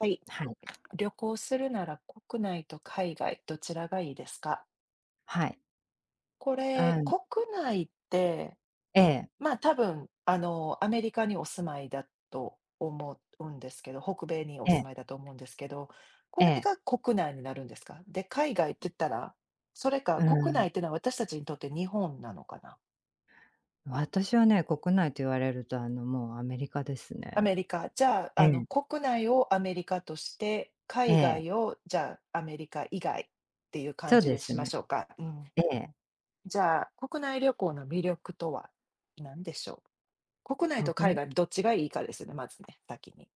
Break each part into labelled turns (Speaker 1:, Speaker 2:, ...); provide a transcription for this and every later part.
Speaker 1: はい、
Speaker 2: はい。
Speaker 1: 旅行するなら国内と海外どちらがいいですか？
Speaker 2: はい。
Speaker 1: こ
Speaker 2: う
Speaker 1: れ、
Speaker 2: ん。
Speaker 1: 国内って、
Speaker 2: ええ、
Speaker 1: 多分、アメリカにお住まいだと思うんですけど、北米にお
Speaker 2: ええ、
Speaker 1: 住まいだと思うんですけど、こ
Speaker 2: え
Speaker 1: れ
Speaker 2: え。
Speaker 1: が国内になるんですか？で、海外って言ったら、それか
Speaker 2: う
Speaker 1: 国内
Speaker 2: ん。
Speaker 1: ってのは私たちにとって日本なのかな？
Speaker 2: 私はね、国内と言われると、あの、もうアメリカです
Speaker 1: ア
Speaker 2: ね。
Speaker 1: メリカ、じゃあ、
Speaker 2: ええ、
Speaker 1: 国内をアメリカとして、
Speaker 2: え
Speaker 1: 海
Speaker 2: え、
Speaker 1: 外をじゃあ、アメリカ以外っていう感
Speaker 2: そう
Speaker 1: じ
Speaker 2: で
Speaker 1: で
Speaker 2: す
Speaker 1: しまし
Speaker 2: ね。
Speaker 1: ょうか？うん。
Speaker 2: ええ、
Speaker 1: じゃあ、国内旅行の魅力とは何でしょう？国内と
Speaker 2: 国
Speaker 1: 海
Speaker 2: 内
Speaker 1: 外どっちがいいかですね、まずね、先に。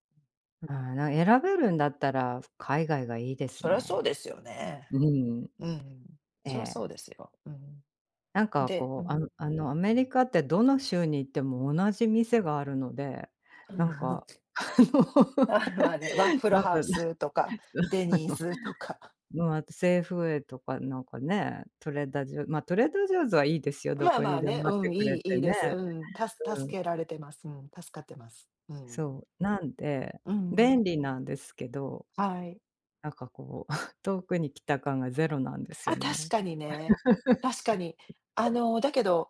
Speaker 2: あん、な選べるんだったら、海外がいいです
Speaker 1: そりゃそう
Speaker 2: ね。
Speaker 1: ですよね。
Speaker 2: うん。
Speaker 1: うん、
Speaker 2: え
Speaker 1: そりゃ
Speaker 2: え。
Speaker 1: そうですよ。うん。
Speaker 2: なんか
Speaker 1: で、う
Speaker 2: こう、あ
Speaker 1: ん。
Speaker 2: のあの、アメリカってどの州に行っても同じ店があるので、なんか、あの、
Speaker 1: あ、まあね、ワッ フル
Speaker 2: なん
Speaker 1: ハ
Speaker 2: か、
Speaker 1: ウ スとか、デ
Speaker 2: あ
Speaker 1: ニー
Speaker 2: の
Speaker 1: ズとか。
Speaker 2: うん、あとセーフウェイとかなんかね、トレーダージョーズはいいですよ、ど
Speaker 1: まあ
Speaker 2: こ
Speaker 1: ま
Speaker 2: に
Speaker 1: あ
Speaker 2: で
Speaker 1: ね、
Speaker 2: もあっ
Speaker 1: う
Speaker 2: て
Speaker 1: ん、
Speaker 2: くれ
Speaker 1: いいい
Speaker 2: て
Speaker 1: い
Speaker 2: ね。
Speaker 1: です。うん、
Speaker 2: うん、
Speaker 1: 助けられてます。うん、助かってます。うん。
Speaker 2: そう、なんで、
Speaker 1: うん、
Speaker 2: 便利なんですけど、
Speaker 1: はい。
Speaker 2: なんかこう、遠くに来た感がゼロなんですよ
Speaker 1: あ、確
Speaker 2: ね。
Speaker 1: かにね。確かに。あの、だけど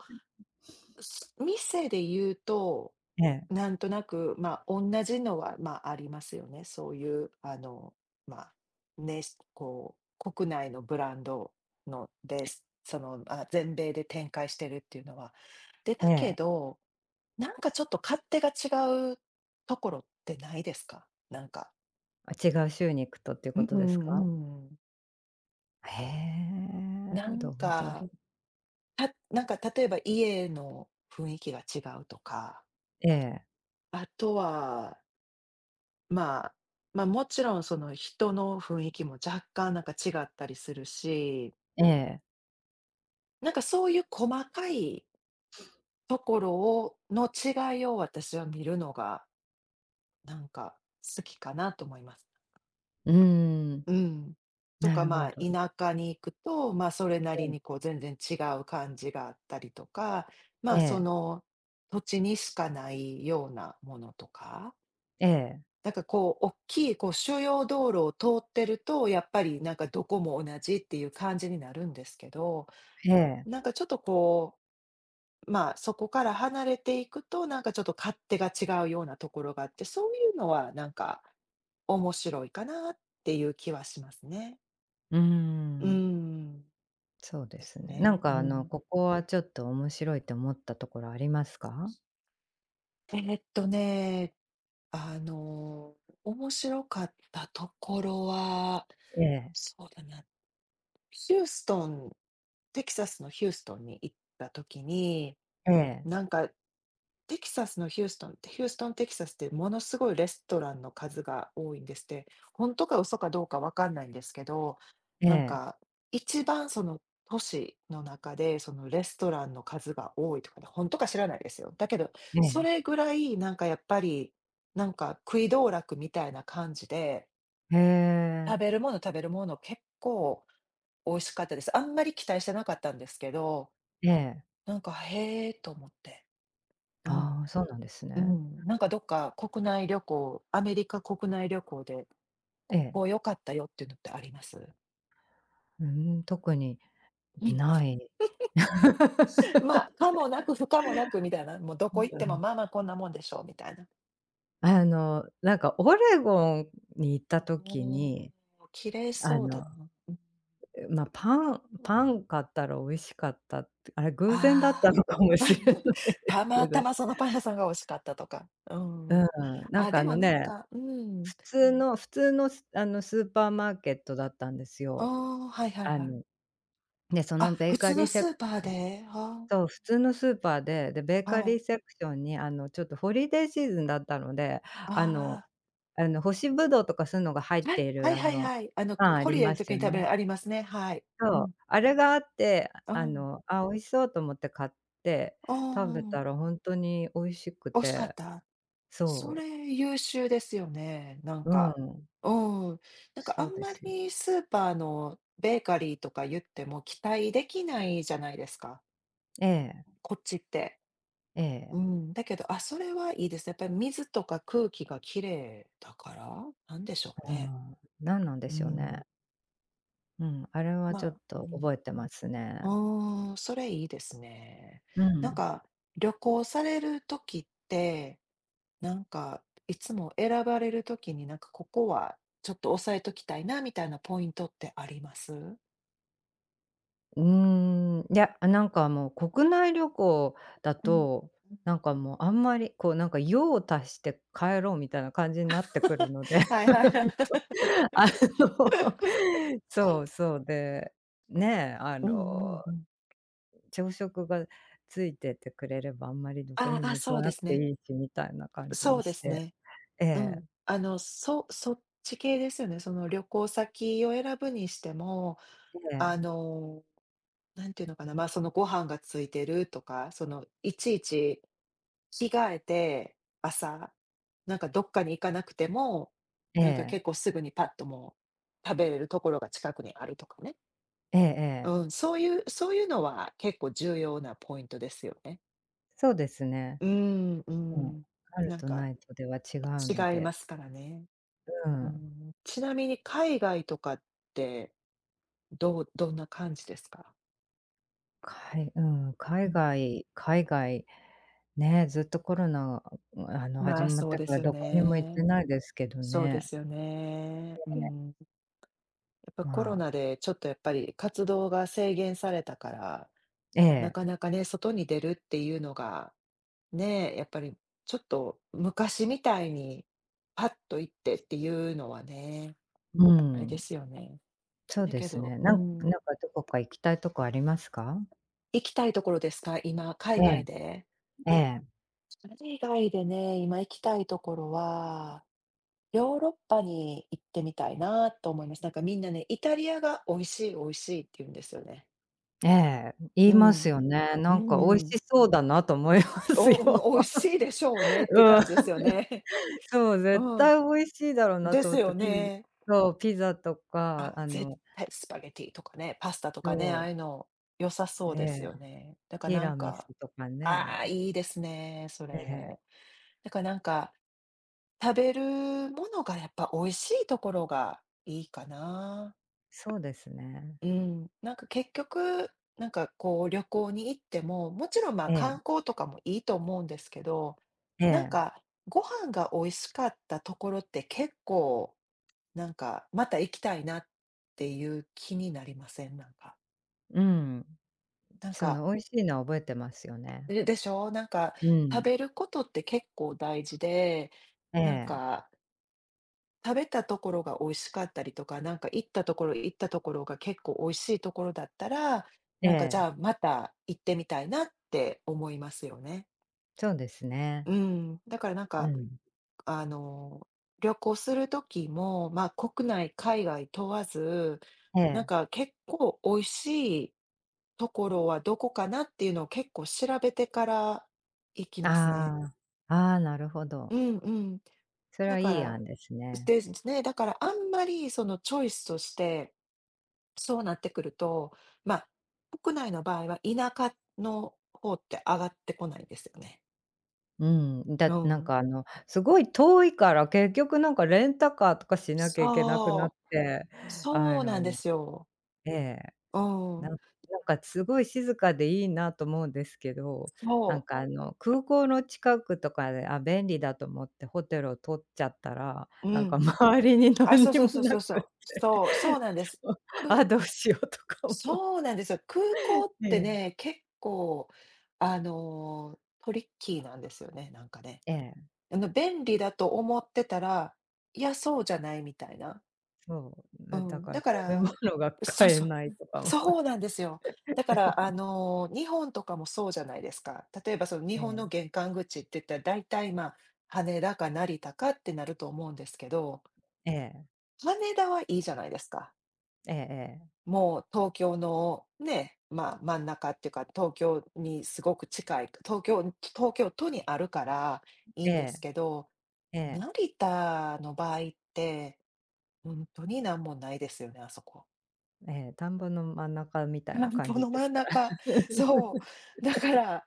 Speaker 1: 店で言うと、
Speaker 2: ええ、
Speaker 1: なんとなく、同じのは、まあ、ありますよね。そういう、まあ、ね、こう、国内のブランドのです。その、あ、全米で展開してるっていうのは。で、だ
Speaker 2: え
Speaker 1: け
Speaker 2: え。
Speaker 1: ど、なんかちょっと勝手が違うところってないですか？なんか。
Speaker 2: あ、違う州に行くとっていう
Speaker 1: うん
Speaker 2: こと
Speaker 1: う
Speaker 2: ですか？
Speaker 1: んうん。
Speaker 2: へ
Speaker 1: な
Speaker 2: え、ど
Speaker 1: ん
Speaker 2: うだろ
Speaker 1: か、
Speaker 2: う。
Speaker 1: なんか例えば家の雰囲気が違うとか、
Speaker 2: ええ、
Speaker 1: あとはまあ、ま、もちろんその人の雰囲気も若干なんか違ったりするし、
Speaker 2: ええ、
Speaker 1: なんかそういう細かいところをの違いを私は見るのが、なんか好きかなと思います。
Speaker 2: うーん、
Speaker 1: うん。と
Speaker 2: な
Speaker 1: か、
Speaker 2: るほ
Speaker 1: まあ、
Speaker 2: ど。
Speaker 1: 田舎に行くと、ま、それな
Speaker 2: え
Speaker 1: り
Speaker 2: え、
Speaker 1: にこう全然違う感じがあったりとか、ま
Speaker 2: え
Speaker 1: あ、そ
Speaker 2: え、
Speaker 1: の土地にしかないようなものとか
Speaker 2: ええ、
Speaker 1: なんかこう、大きいこう主要道路を通ってると、やっぱりなんかどこも同じっていう感じになるんですけど、
Speaker 2: ええ、
Speaker 1: なんかちょっとこう、まあ、そこから離れていくと、なんかちょっと勝手が違うようなところがあって、そういうのはなんか面白いかなっていう気はしますね。
Speaker 2: うー
Speaker 1: う
Speaker 2: ん。
Speaker 1: ん、
Speaker 2: そうで
Speaker 1: で
Speaker 2: す
Speaker 1: す
Speaker 2: ね。なん
Speaker 1: ね。う
Speaker 2: かあの、
Speaker 1: ん。
Speaker 2: ここはちょっと面白いと思ったところありますか？
Speaker 1: えーっとね、あの、面白かったところは、
Speaker 2: ええ、
Speaker 1: そうだな。ヒューストン、テキサスのヒューストンに行った時に、
Speaker 2: ええ、
Speaker 1: なんか、テキサスのヒューストンって、ヒューストンテキサスってものすごいレストランの数が多いんですって。ほんとか嘘かどうかわかんないんですけど、
Speaker 2: え
Speaker 1: なん
Speaker 2: え、
Speaker 1: か、一番その都市の中で、そのレストランの数が多いとかね、ほんとか知らないですよ。だけど、
Speaker 2: え
Speaker 1: そ
Speaker 2: え、
Speaker 1: れぐらいなんかやっぱり、なんか食い道楽みたいな感じで、
Speaker 2: へ
Speaker 1: 食べ
Speaker 2: え、
Speaker 1: るもの食べるもの結構美味しかったです。あんまり期待してなかったんですけど、
Speaker 2: ええ。
Speaker 1: なんか、へえと思って。うん。
Speaker 2: ああ、そうなんです
Speaker 1: う
Speaker 2: ね。
Speaker 1: ん。なんかどっか国内旅行、アメリカ国内旅行で、
Speaker 2: え
Speaker 1: こ
Speaker 2: え。
Speaker 1: こ良かったよっていうのってあります？
Speaker 2: うん、特に
Speaker 1: うん。
Speaker 2: ない。
Speaker 1: まあ、可もなく不可もなくみたいな、もうどこ行っ
Speaker 2: う
Speaker 1: ても、
Speaker 2: ん。
Speaker 1: ま あまあこんなもんでしょうみたいな。
Speaker 2: あの、なんかオレゴンに行った
Speaker 1: お
Speaker 2: 時
Speaker 1: お、
Speaker 2: に、
Speaker 1: 綺麗
Speaker 2: あ
Speaker 1: そうだ
Speaker 2: の、
Speaker 1: な。うん。
Speaker 2: まあ、パンパン買ったら美味しかったって、あれ偶然だった
Speaker 1: ああ。
Speaker 2: のかもしれない です
Speaker 1: たま
Speaker 2: け
Speaker 1: た
Speaker 2: ど、
Speaker 1: まそのパン屋さんが美味しかったとか。う
Speaker 2: うん、
Speaker 1: ん。
Speaker 2: なん
Speaker 1: あ、
Speaker 2: か
Speaker 1: で
Speaker 2: あ
Speaker 1: も
Speaker 2: の
Speaker 1: なん
Speaker 2: ね
Speaker 1: か、うん。
Speaker 2: 普通のスあの、スーパーマーケットだったんです
Speaker 1: あ
Speaker 2: よ。
Speaker 1: あ、はいはい
Speaker 2: あ
Speaker 1: はい。
Speaker 2: の、で、そ
Speaker 1: あ、
Speaker 2: のベ
Speaker 1: 普
Speaker 2: ーカ
Speaker 1: 通の
Speaker 2: リーセ
Speaker 1: ス
Speaker 2: ク
Speaker 1: ーパーで、は
Speaker 2: そう、普通のスーパーで、で、ベー
Speaker 1: あ、
Speaker 2: カ
Speaker 1: は
Speaker 2: リ
Speaker 1: い。
Speaker 2: ーセクションに、あの、ちょっとホリデーシーズンだったので、あの
Speaker 1: あ
Speaker 2: あの、干しぶどうとかそういうのが入っ
Speaker 1: あ、はい、
Speaker 2: てい
Speaker 1: は
Speaker 2: る、
Speaker 1: い
Speaker 2: あ
Speaker 1: はい
Speaker 2: の、
Speaker 1: はい。あの、
Speaker 2: パンあ
Speaker 1: ホ
Speaker 2: り
Speaker 1: リデー
Speaker 2: ま
Speaker 1: の
Speaker 2: す
Speaker 1: 時
Speaker 2: よ
Speaker 1: に食べ
Speaker 2: ね。
Speaker 1: るありますね、はい。う
Speaker 2: そう、
Speaker 1: ん、
Speaker 2: あれがあって、
Speaker 1: う
Speaker 2: あ
Speaker 1: ん、
Speaker 2: の、あ、美味しそうと思って買って
Speaker 1: う
Speaker 2: 食べ
Speaker 1: ん、
Speaker 2: たらほんとに美味しく
Speaker 1: 美味しかっ
Speaker 2: て、
Speaker 1: た？そ
Speaker 2: そ
Speaker 1: れ優秀ですよね、なん
Speaker 2: う、う
Speaker 1: か。
Speaker 2: ん、
Speaker 1: うん。なんかあ
Speaker 2: そう
Speaker 1: ん
Speaker 2: で
Speaker 1: ま
Speaker 2: すよ。
Speaker 1: りスーパーのベーカリーとか言っても期待できないじゃないですか、
Speaker 2: ええ、
Speaker 1: こっちって。
Speaker 2: ええ、
Speaker 1: うん、だけど、あ、それはいいです。やっぱり水とか空気が綺麗だから、なんでしょう
Speaker 2: う
Speaker 1: ね。
Speaker 2: ん、なんなんで
Speaker 1: う
Speaker 2: しょう
Speaker 1: ん、
Speaker 2: ね。うん、あれは
Speaker 1: ま
Speaker 2: ちょっ
Speaker 1: あ、う
Speaker 2: と
Speaker 1: ん。
Speaker 2: 覚えてますね。
Speaker 1: ああ、それいいですね。
Speaker 2: う
Speaker 1: なん
Speaker 2: ん。
Speaker 1: か、旅行されるときって、なんか、いつも選ばれるときに、なんか、ここはちょっと押さえときたいなみたいなポイントってあります？
Speaker 2: うーん、いや、なんかもう国内旅行だ
Speaker 1: うん。
Speaker 2: と、なんかもうあんまりこうなんか用を足して帰ろうみたいな感じになってくるので、
Speaker 1: はいはいはい。
Speaker 2: あの、そう そうで、ねえ、あ
Speaker 1: うんう
Speaker 2: の、
Speaker 1: うん。
Speaker 2: 朝食がついててくれればあんまりどこ
Speaker 1: あ、
Speaker 2: にも
Speaker 1: あ、
Speaker 2: 行
Speaker 1: そ
Speaker 2: か
Speaker 1: うで
Speaker 2: なく
Speaker 1: す
Speaker 2: て
Speaker 1: ね。
Speaker 2: いいしみたいな感じ
Speaker 1: そう
Speaker 2: に
Speaker 1: で
Speaker 2: し
Speaker 1: す
Speaker 2: て。
Speaker 1: ね。
Speaker 2: え
Speaker 1: う
Speaker 2: え、
Speaker 1: ん。あの、そっち系ですよね。その旅行先を選ぶにしても、
Speaker 2: え
Speaker 1: あ
Speaker 2: え、
Speaker 1: のなんていうのかな、そのご飯がついてるとか、そのいちいち着替えて、朝、なんかどっかに行かなくても、
Speaker 2: え
Speaker 1: なんか
Speaker 2: え、
Speaker 1: 結構すぐにパッとう食べれるところが近くにあるとかね。
Speaker 2: ええええ、
Speaker 1: うん、そういうのは結構重要なポイントですよね。
Speaker 2: そうですね。
Speaker 1: うん、う
Speaker 2: うん、
Speaker 1: ん。
Speaker 2: ある
Speaker 1: なん
Speaker 2: とな
Speaker 1: か
Speaker 2: いとでは違うの
Speaker 1: 違いま
Speaker 2: で、
Speaker 1: すからね。
Speaker 2: う
Speaker 1: う
Speaker 2: ん、
Speaker 1: ん。ちなみに海外とかって、どんな感じですか？
Speaker 2: かいう
Speaker 1: う
Speaker 2: 海
Speaker 1: ん。
Speaker 2: 外海外ね、ずっとコロナ、あの、
Speaker 1: ま
Speaker 2: 始
Speaker 1: あ、
Speaker 2: まっ
Speaker 1: そう
Speaker 2: て
Speaker 1: で
Speaker 2: から
Speaker 1: すよ
Speaker 2: どこにも行って
Speaker 1: ね。
Speaker 2: ないですけど
Speaker 1: そうで
Speaker 2: ね。
Speaker 1: すよね。
Speaker 2: え
Speaker 1: う
Speaker 2: え、
Speaker 1: ん。やっぱ
Speaker 2: ま
Speaker 1: コロ
Speaker 2: あ
Speaker 1: ナでちょっとやっぱり活動が制限されたから、
Speaker 2: え
Speaker 1: な
Speaker 2: え、
Speaker 1: かなかね、外に出るっていうのが、ね、やっぱりちょっと昔みたいにパッと行ってっていうのはね、
Speaker 2: う
Speaker 1: あれで
Speaker 2: ん、
Speaker 1: すよね。
Speaker 2: そう
Speaker 1: だ
Speaker 2: で
Speaker 1: け
Speaker 2: す
Speaker 1: ど、
Speaker 2: ね。
Speaker 1: う
Speaker 2: なんなん
Speaker 1: ん、
Speaker 2: かどこか行きたいとこありますか？
Speaker 1: 行きたいところですか？今、海
Speaker 2: ええ、
Speaker 1: 外で。
Speaker 2: ええ、
Speaker 1: それ以外でね、今行きたいところはヨーロッパに行ってみたいなと思います。なんかみんなね、イタリアが美味しい、美味しいって言うんですよね。
Speaker 2: ええ、言
Speaker 1: う
Speaker 2: います
Speaker 1: ん。
Speaker 2: よね。
Speaker 1: う
Speaker 2: なん
Speaker 1: ん
Speaker 2: か美
Speaker 1: う
Speaker 2: 味し
Speaker 1: ん。
Speaker 2: そうだなと思います
Speaker 1: おうん、
Speaker 2: よ。
Speaker 1: 美味しいでしょうねっ ていう
Speaker 2: うん、
Speaker 1: 感じですよね。
Speaker 2: そう、絶
Speaker 1: うん、
Speaker 2: 対美味しいだろうな
Speaker 1: で
Speaker 2: と
Speaker 1: す
Speaker 2: 思って、
Speaker 1: よね。
Speaker 2: そう、ピザとか、
Speaker 1: あ、
Speaker 2: あ
Speaker 1: 絶
Speaker 2: の
Speaker 1: 対スパゲティとかね、パスタと
Speaker 2: そ
Speaker 1: かね、ああ
Speaker 2: う。
Speaker 1: いうの良さそ
Speaker 2: え
Speaker 1: うです
Speaker 2: え、
Speaker 1: よね。だから
Speaker 2: ティ
Speaker 1: なん
Speaker 2: ラミス
Speaker 1: か、
Speaker 2: とかね。
Speaker 1: ああ、いいですね、そ
Speaker 2: ええ、
Speaker 1: れ。だからなんか、食べるものがやっぱ美味しいところがいいかな。
Speaker 2: そうですね。
Speaker 1: うん、なんか結局、なんかこう旅行に行っても、もちろんまあ
Speaker 2: ええ、
Speaker 1: 観光とかもいいと思うんですけど、
Speaker 2: え
Speaker 1: なん
Speaker 2: え、
Speaker 1: かご飯が美味しかったところって結構なんかまた行きたいなっていう気になりません？なんか。
Speaker 2: うん。
Speaker 1: なん
Speaker 2: その
Speaker 1: か、
Speaker 2: 美味しいのは覚えてますよね。
Speaker 1: で、でしょ？なんか
Speaker 2: う
Speaker 1: 食
Speaker 2: ん。
Speaker 1: べることって結構大事で、
Speaker 2: え
Speaker 1: なん
Speaker 2: え、
Speaker 1: か食べたところが美味しかったりとか、なんか行ったところが結構美味しいところだったら、
Speaker 2: え
Speaker 1: なんかじゃ
Speaker 2: え、
Speaker 1: あまた行ってみたいなって思いますよね。
Speaker 2: そうですね。
Speaker 1: うん。だからなん
Speaker 2: う
Speaker 1: か、
Speaker 2: ん。
Speaker 1: あの、旅行する時も、まあ国内、海外問わず、
Speaker 2: え
Speaker 1: なん
Speaker 2: え、
Speaker 1: か結構美味しいところはどこかなっていうのを結構調べてから行きますね。
Speaker 2: あああ、なるほど。
Speaker 1: うんうん。
Speaker 2: それ
Speaker 1: だ
Speaker 2: はい
Speaker 1: か
Speaker 2: い
Speaker 1: ら、
Speaker 2: 案ですね。
Speaker 1: ですね、だからあんまりそのチョイスとしてそうなってくると、まあ、国内の場合は田舎の方って上がってこないんですよね。
Speaker 2: うん、だ
Speaker 1: う
Speaker 2: ってなん
Speaker 1: ん。
Speaker 2: かあの、すごい遠いから結局なんかレンタカーとかしなきゃいけなくなっ
Speaker 1: そう。
Speaker 2: て、あ
Speaker 1: そうなんで
Speaker 2: の
Speaker 1: すよ。
Speaker 2: ええ。
Speaker 1: う
Speaker 2: な
Speaker 1: ん。
Speaker 2: んなんかすごい静かでいいなと思うんですけど、なん
Speaker 1: そ
Speaker 2: か
Speaker 1: う。
Speaker 2: あの、空港の近くとかで、あ、便利だと思ってホテルを取っちゃったら、
Speaker 1: う
Speaker 2: なんか
Speaker 1: ん。
Speaker 2: 周りに何にもなく、
Speaker 1: そう、そう なんです。
Speaker 2: そう、
Speaker 1: く
Speaker 2: あ、どうしようとか思っ
Speaker 1: そう
Speaker 2: て。
Speaker 1: なんですよ。空港
Speaker 2: え
Speaker 1: って
Speaker 2: え、
Speaker 1: ね、結構、あの、トリッキーなんですよね、なんかね。
Speaker 2: ええ、
Speaker 1: あの、便利だと思ってたら、いや、そうじゃないみたいな。
Speaker 2: そう、
Speaker 1: う
Speaker 2: だだ
Speaker 1: ん、
Speaker 2: から
Speaker 1: だ
Speaker 2: 食
Speaker 1: か
Speaker 2: べ
Speaker 1: ら、
Speaker 2: 物が買えないとかも。
Speaker 1: そうなんですよ。だから、あの、日本とかもそうじゃないですか。例えば、その日
Speaker 2: え
Speaker 1: 本の
Speaker 2: え、
Speaker 1: 玄関口って言ったら、大体、まあ、羽田か成田かってなると思うんですけど、
Speaker 2: ええ、
Speaker 1: 羽田はいいじゃないですか。
Speaker 2: ええ
Speaker 1: もう東京のね、まあ、真ん中っていうか、東京にすごく近い、東京都にあるからいい
Speaker 2: え
Speaker 1: んです
Speaker 2: え、
Speaker 1: けど、
Speaker 2: ええ、ええ、
Speaker 1: 成田の場合って、本当になんもないですよね、あそこ。
Speaker 2: ええ、田んぼの真ん中みたい
Speaker 1: 田
Speaker 2: な
Speaker 1: ん
Speaker 2: 感
Speaker 1: ぼ
Speaker 2: じ
Speaker 1: の
Speaker 2: で
Speaker 1: 真
Speaker 2: す
Speaker 1: ん
Speaker 2: から。
Speaker 1: 中、そう。だから、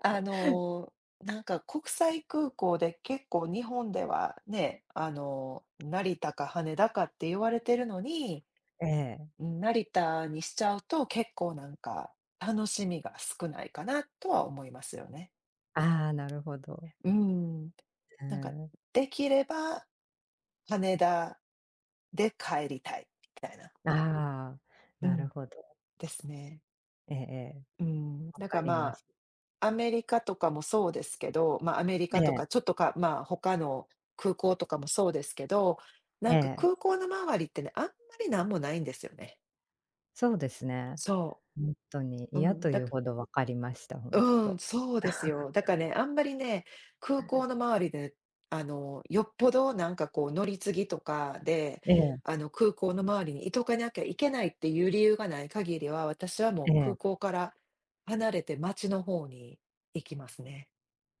Speaker 1: あの、なんか国際空港で結構日本ではね、成田か羽田かって言われてるのに、
Speaker 2: ええ、
Speaker 1: 成田にしちゃうと結構なんか楽しみが少ないかなとは思いますよね。
Speaker 2: ああ、なるほど。
Speaker 1: うん。
Speaker 2: う
Speaker 1: なんか、
Speaker 2: ん。
Speaker 1: できれば羽田で帰りたいみたいな。
Speaker 2: ああ、
Speaker 1: う
Speaker 2: な
Speaker 1: ん、
Speaker 2: るほど。
Speaker 1: ですね。
Speaker 2: ええええ、
Speaker 1: うん、
Speaker 2: わ
Speaker 1: だか
Speaker 2: か
Speaker 1: ら
Speaker 2: り
Speaker 1: ま
Speaker 2: ます。
Speaker 1: あ、アメリカとかもそうですけど、まあ、アメリ
Speaker 2: え
Speaker 1: カと
Speaker 2: え、
Speaker 1: かちょっとかまあ、他の空港とかもそうですけど、な
Speaker 2: え
Speaker 1: んか
Speaker 2: え、
Speaker 1: 空港の周りってね、あんまりなんもないんですよね。
Speaker 2: そうですね。
Speaker 1: そ
Speaker 2: ほんとに
Speaker 1: う、
Speaker 2: 嫌というほど分かりました、ほん
Speaker 1: うん、
Speaker 2: と。
Speaker 1: そうですよ。だからね、あんまりね、空港の周りで、よっぽどなんかこう乗り継ぎとかで、
Speaker 2: ええ、
Speaker 1: 空港の周りにいとかなきゃいけないっていう理由がない限りは、私はも
Speaker 2: え
Speaker 1: う空
Speaker 2: え、
Speaker 1: 港から離れて街の方に行きますね。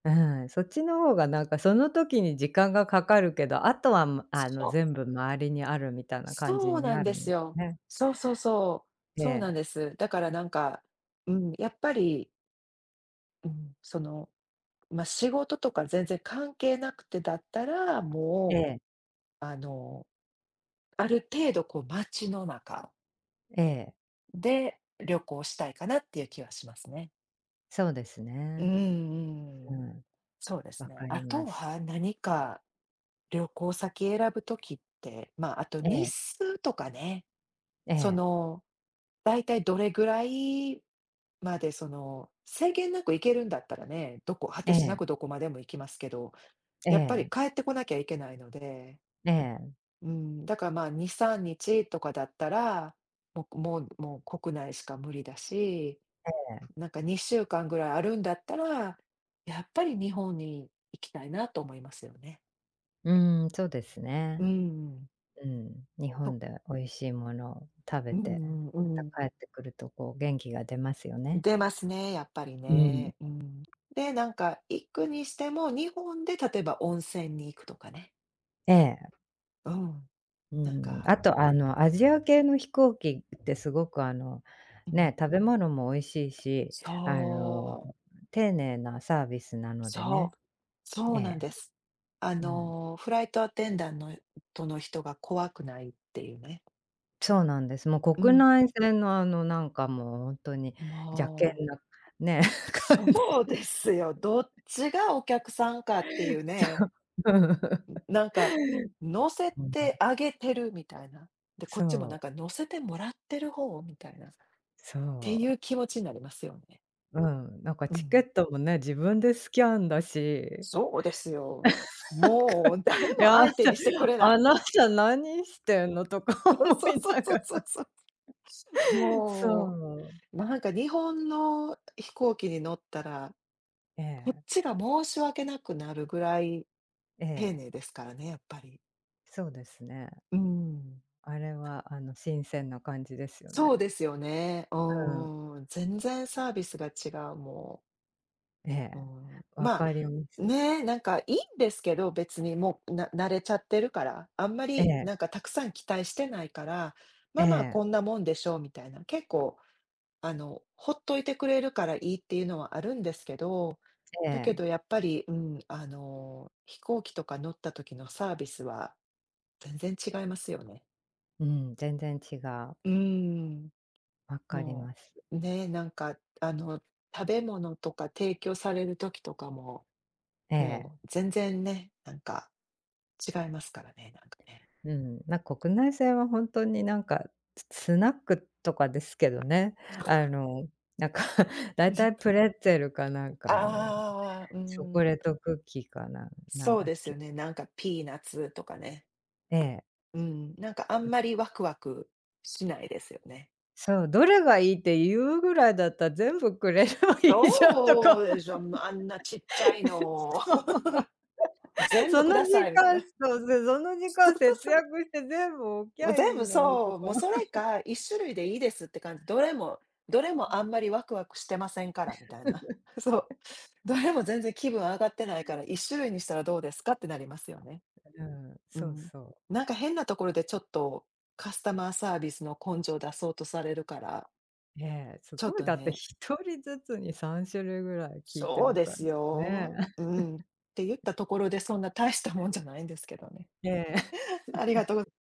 Speaker 2: うん、そっちの方がなんかその時に時間がかかるけど、あとは、あの、
Speaker 1: そう、
Speaker 2: 全部周りにあるみたいな感じ
Speaker 1: そう
Speaker 2: に
Speaker 1: なん
Speaker 2: な
Speaker 1: で
Speaker 2: るの
Speaker 1: す
Speaker 2: で
Speaker 1: よ。
Speaker 2: ね。
Speaker 1: そうそうそう、
Speaker 2: え
Speaker 1: そう
Speaker 2: え、
Speaker 1: なんです。だからなんか、うん、やっぱり、うん、その、まあ、仕事とか全然関係なくてだったら、
Speaker 2: え
Speaker 1: もう、
Speaker 2: え、
Speaker 1: あのある程度こう街の中
Speaker 2: ええ、
Speaker 1: で旅行したいかなっていう気はしますね。
Speaker 2: そうです
Speaker 1: うんう
Speaker 2: ね。
Speaker 1: んう
Speaker 2: う
Speaker 1: ん。
Speaker 2: ん、
Speaker 1: そうです
Speaker 2: わ
Speaker 1: ね。
Speaker 2: か
Speaker 1: あ
Speaker 2: りま
Speaker 1: と
Speaker 2: す。
Speaker 1: は何か旅行先選ぶときって、まあ、あと
Speaker 2: え
Speaker 1: 日
Speaker 2: え、
Speaker 1: 数とかね、
Speaker 2: え
Speaker 1: そ
Speaker 2: え、
Speaker 1: の、だいたいどれぐらいまでその、制限なく行けるんだったらね、どこ果
Speaker 2: え
Speaker 1: てしな
Speaker 2: え、
Speaker 1: くどこまでも行きますけど、
Speaker 2: え
Speaker 1: やっぱり
Speaker 2: え、
Speaker 1: 帰ってこなきゃいけないので、
Speaker 2: ええ、
Speaker 1: うん、だからまあ2、3日とかだったら、もう国内しか無理だし、
Speaker 2: ええ、
Speaker 1: なんか2週間ぐらいあるんだったら、やっぱり日本に行きたいなと思いますよね。
Speaker 2: うーん、そうです
Speaker 1: う
Speaker 2: ね。
Speaker 1: ん、
Speaker 2: うん、日
Speaker 1: と、
Speaker 2: 本で美味しいものを食
Speaker 1: う
Speaker 2: べて、
Speaker 1: んう
Speaker 2: ま
Speaker 1: ん
Speaker 2: た
Speaker 1: うん。
Speaker 2: 帰ってくるとこう元気が出ますよね。
Speaker 1: 出ますね、やっぱり
Speaker 2: うん。
Speaker 1: ね。うん。で、なんか行くにしても、日本で例えば温泉に行くとかね。
Speaker 2: ええ、
Speaker 1: うん、
Speaker 2: う
Speaker 1: なん
Speaker 2: ん。
Speaker 1: か、
Speaker 2: あとあのアジア系の飛行機ってすごくあの、
Speaker 1: うん、
Speaker 2: ね、食べ物も美味しいし、あ
Speaker 1: そ
Speaker 2: の、
Speaker 1: う。
Speaker 2: 丁寧なサービスなので
Speaker 1: そ
Speaker 2: ね。
Speaker 1: う、そ
Speaker 2: え
Speaker 1: うな
Speaker 2: え、
Speaker 1: んです。あ
Speaker 2: うん。
Speaker 1: の、フライトアテンダンの人が怖くないっていうね。
Speaker 2: そうなんです。もう
Speaker 1: う
Speaker 2: 国
Speaker 1: ん。
Speaker 2: 内線のあのなんかもうほんとに邪険
Speaker 1: もう、
Speaker 2: なね、感
Speaker 1: そ
Speaker 2: じ。
Speaker 1: うですよ。どっちがお客さんかってい
Speaker 2: そ
Speaker 1: うね。
Speaker 2: う。
Speaker 1: なんか、乗せ
Speaker 2: うん。
Speaker 1: てあげてるみたいな。で、こっちもな
Speaker 2: そ
Speaker 1: ん
Speaker 2: う、
Speaker 1: か乗せてもらってる方みたいな。って
Speaker 2: そ
Speaker 1: い
Speaker 2: う。
Speaker 1: う気持ちになりますよね。
Speaker 2: うん、なんか
Speaker 1: う
Speaker 2: チケ
Speaker 1: ん。
Speaker 2: ットもね、自分でスキャンだし、
Speaker 1: そうですよ。も う誰も
Speaker 2: なんか、いや、
Speaker 1: 相手にしてく れな
Speaker 2: あ
Speaker 1: い。
Speaker 2: なた何してんの？」とか 思
Speaker 1: そうそう
Speaker 2: い
Speaker 1: そう
Speaker 2: ながら。
Speaker 1: そうそうそう。
Speaker 2: そ
Speaker 1: も
Speaker 2: う、
Speaker 1: う。ま、なんか日本の飛行機に乗ったら、
Speaker 2: え
Speaker 1: こっ
Speaker 2: え、
Speaker 1: ちが申し訳なくなるぐらい
Speaker 2: え
Speaker 1: 丁
Speaker 2: え、
Speaker 1: 寧ですからね、やっぱり。
Speaker 2: そうですね。
Speaker 1: うん。
Speaker 2: あれはあの、新鮮な感じですよ
Speaker 1: そう
Speaker 2: ね。
Speaker 1: ですよね。う
Speaker 2: うん、
Speaker 1: ーん、全然サービスが違う、も
Speaker 2: ええ、
Speaker 1: う。うん。
Speaker 2: わ
Speaker 1: まあ、
Speaker 2: かります。
Speaker 1: ね、なんかいいんですけど、別にもう、慣れちゃってるから、あんま
Speaker 2: え
Speaker 1: り
Speaker 2: え、
Speaker 1: なんかたくさん期待してないから、ま
Speaker 2: え
Speaker 1: あまあ
Speaker 2: え、
Speaker 1: こんなもんでしょうみたいな、結構あの、ほっといてくれるからいいっていうのはあるんですけど、
Speaker 2: え
Speaker 1: だけ
Speaker 2: え、
Speaker 1: どやっぱり、うん、あの、飛行機とか乗った時のサービスは全然違いますよね。
Speaker 2: うん、全然違う。
Speaker 1: うーん、
Speaker 2: わかり
Speaker 1: も
Speaker 2: ます。
Speaker 1: う、ね、なんか、あの、食べ物とか提供される時とかも、
Speaker 2: え
Speaker 1: も
Speaker 2: え。
Speaker 1: う全然ね、なんか違いますからね、なんかね。
Speaker 2: うん、国内線は本当になんか、スナックとかですけどね、あの、なんか だいたい プレッツェルかなんか、あの、
Speaker 1: ああ、うー
Speaker 2: チョコレ
Speaker 1: ん、
Speaker 2: ートクッキーかな、なん
Speaker 1: そう
Speaker 2: だっ
Speaker 1: ですよ
Speaker 2: け。
Speaker 1: ね。なんかピーナッツとかね。
Speaker 2: ええ、
Speaker 1: うん、なんかあんまりワクワクしないですよね。
Speaker 2: そう、どれがいいって言うぐらいだったら全部くれればいいじゃんと
Speaker 1: そ
Speaker 2: か、
Speaker 1: うでしょ、あんなちっちゃいの 全部
Speaker 2: そ
Speaker 1: く
Speaker 2: の
Speaker 1: ださい
Speaker 2: 時
Speaker 1: みたい
Speaker 2: 間
Speaker 1: な。
Speaker 2: そう、そうその時
Speaker 1: そう
Speaker 2: 間
Speaker 1: そう
Speaker 2: 節
Speaker 1: そう。
Speaker 2: 約して全部置き
Speaker 1: もう
Speaker 2: ゃ
Speaker 1: 全
Speaker 2: いい
Speaker 1: 部
Speaker 2: のにと
Speaker 1: そう、
Speaker 2: か。
Speaker 1: もうそれ か、一種類でいいですって感じ。どれもあんまりワクワクしてませんからみたいな。そう。どれも全然気分上がってないから、一種類にしたらどうですかってなりますよね。
Speaker 2: うん、
Speaker 1: う
Speaker 2: そう
Speaker 1: ん。
Speaker 2: そう。
Speaker 1: なんか変なところでちょっと、カスタマーサービスの根性出そうとされるから、
Speaker 2: ええ、す
Speaker 1: ちょっ
Speaker 2: ごい
Speaker 1: と
Speaker 2: だって
Speaker 1: ね
Speaker 2: 一人ずつに3種類ぐらい聞いて
Speaker 1: そう
Speaker 2: る
Speaker 1: で
Speaker 2: から
Speaker 1: す
Speaker 2: ですね。
Speaker 1: よ。うん。って言ったところで、そんな大したもんじゃないんですけどね。
Speaker 2: ええ。
Speaker 1: ありがとうございます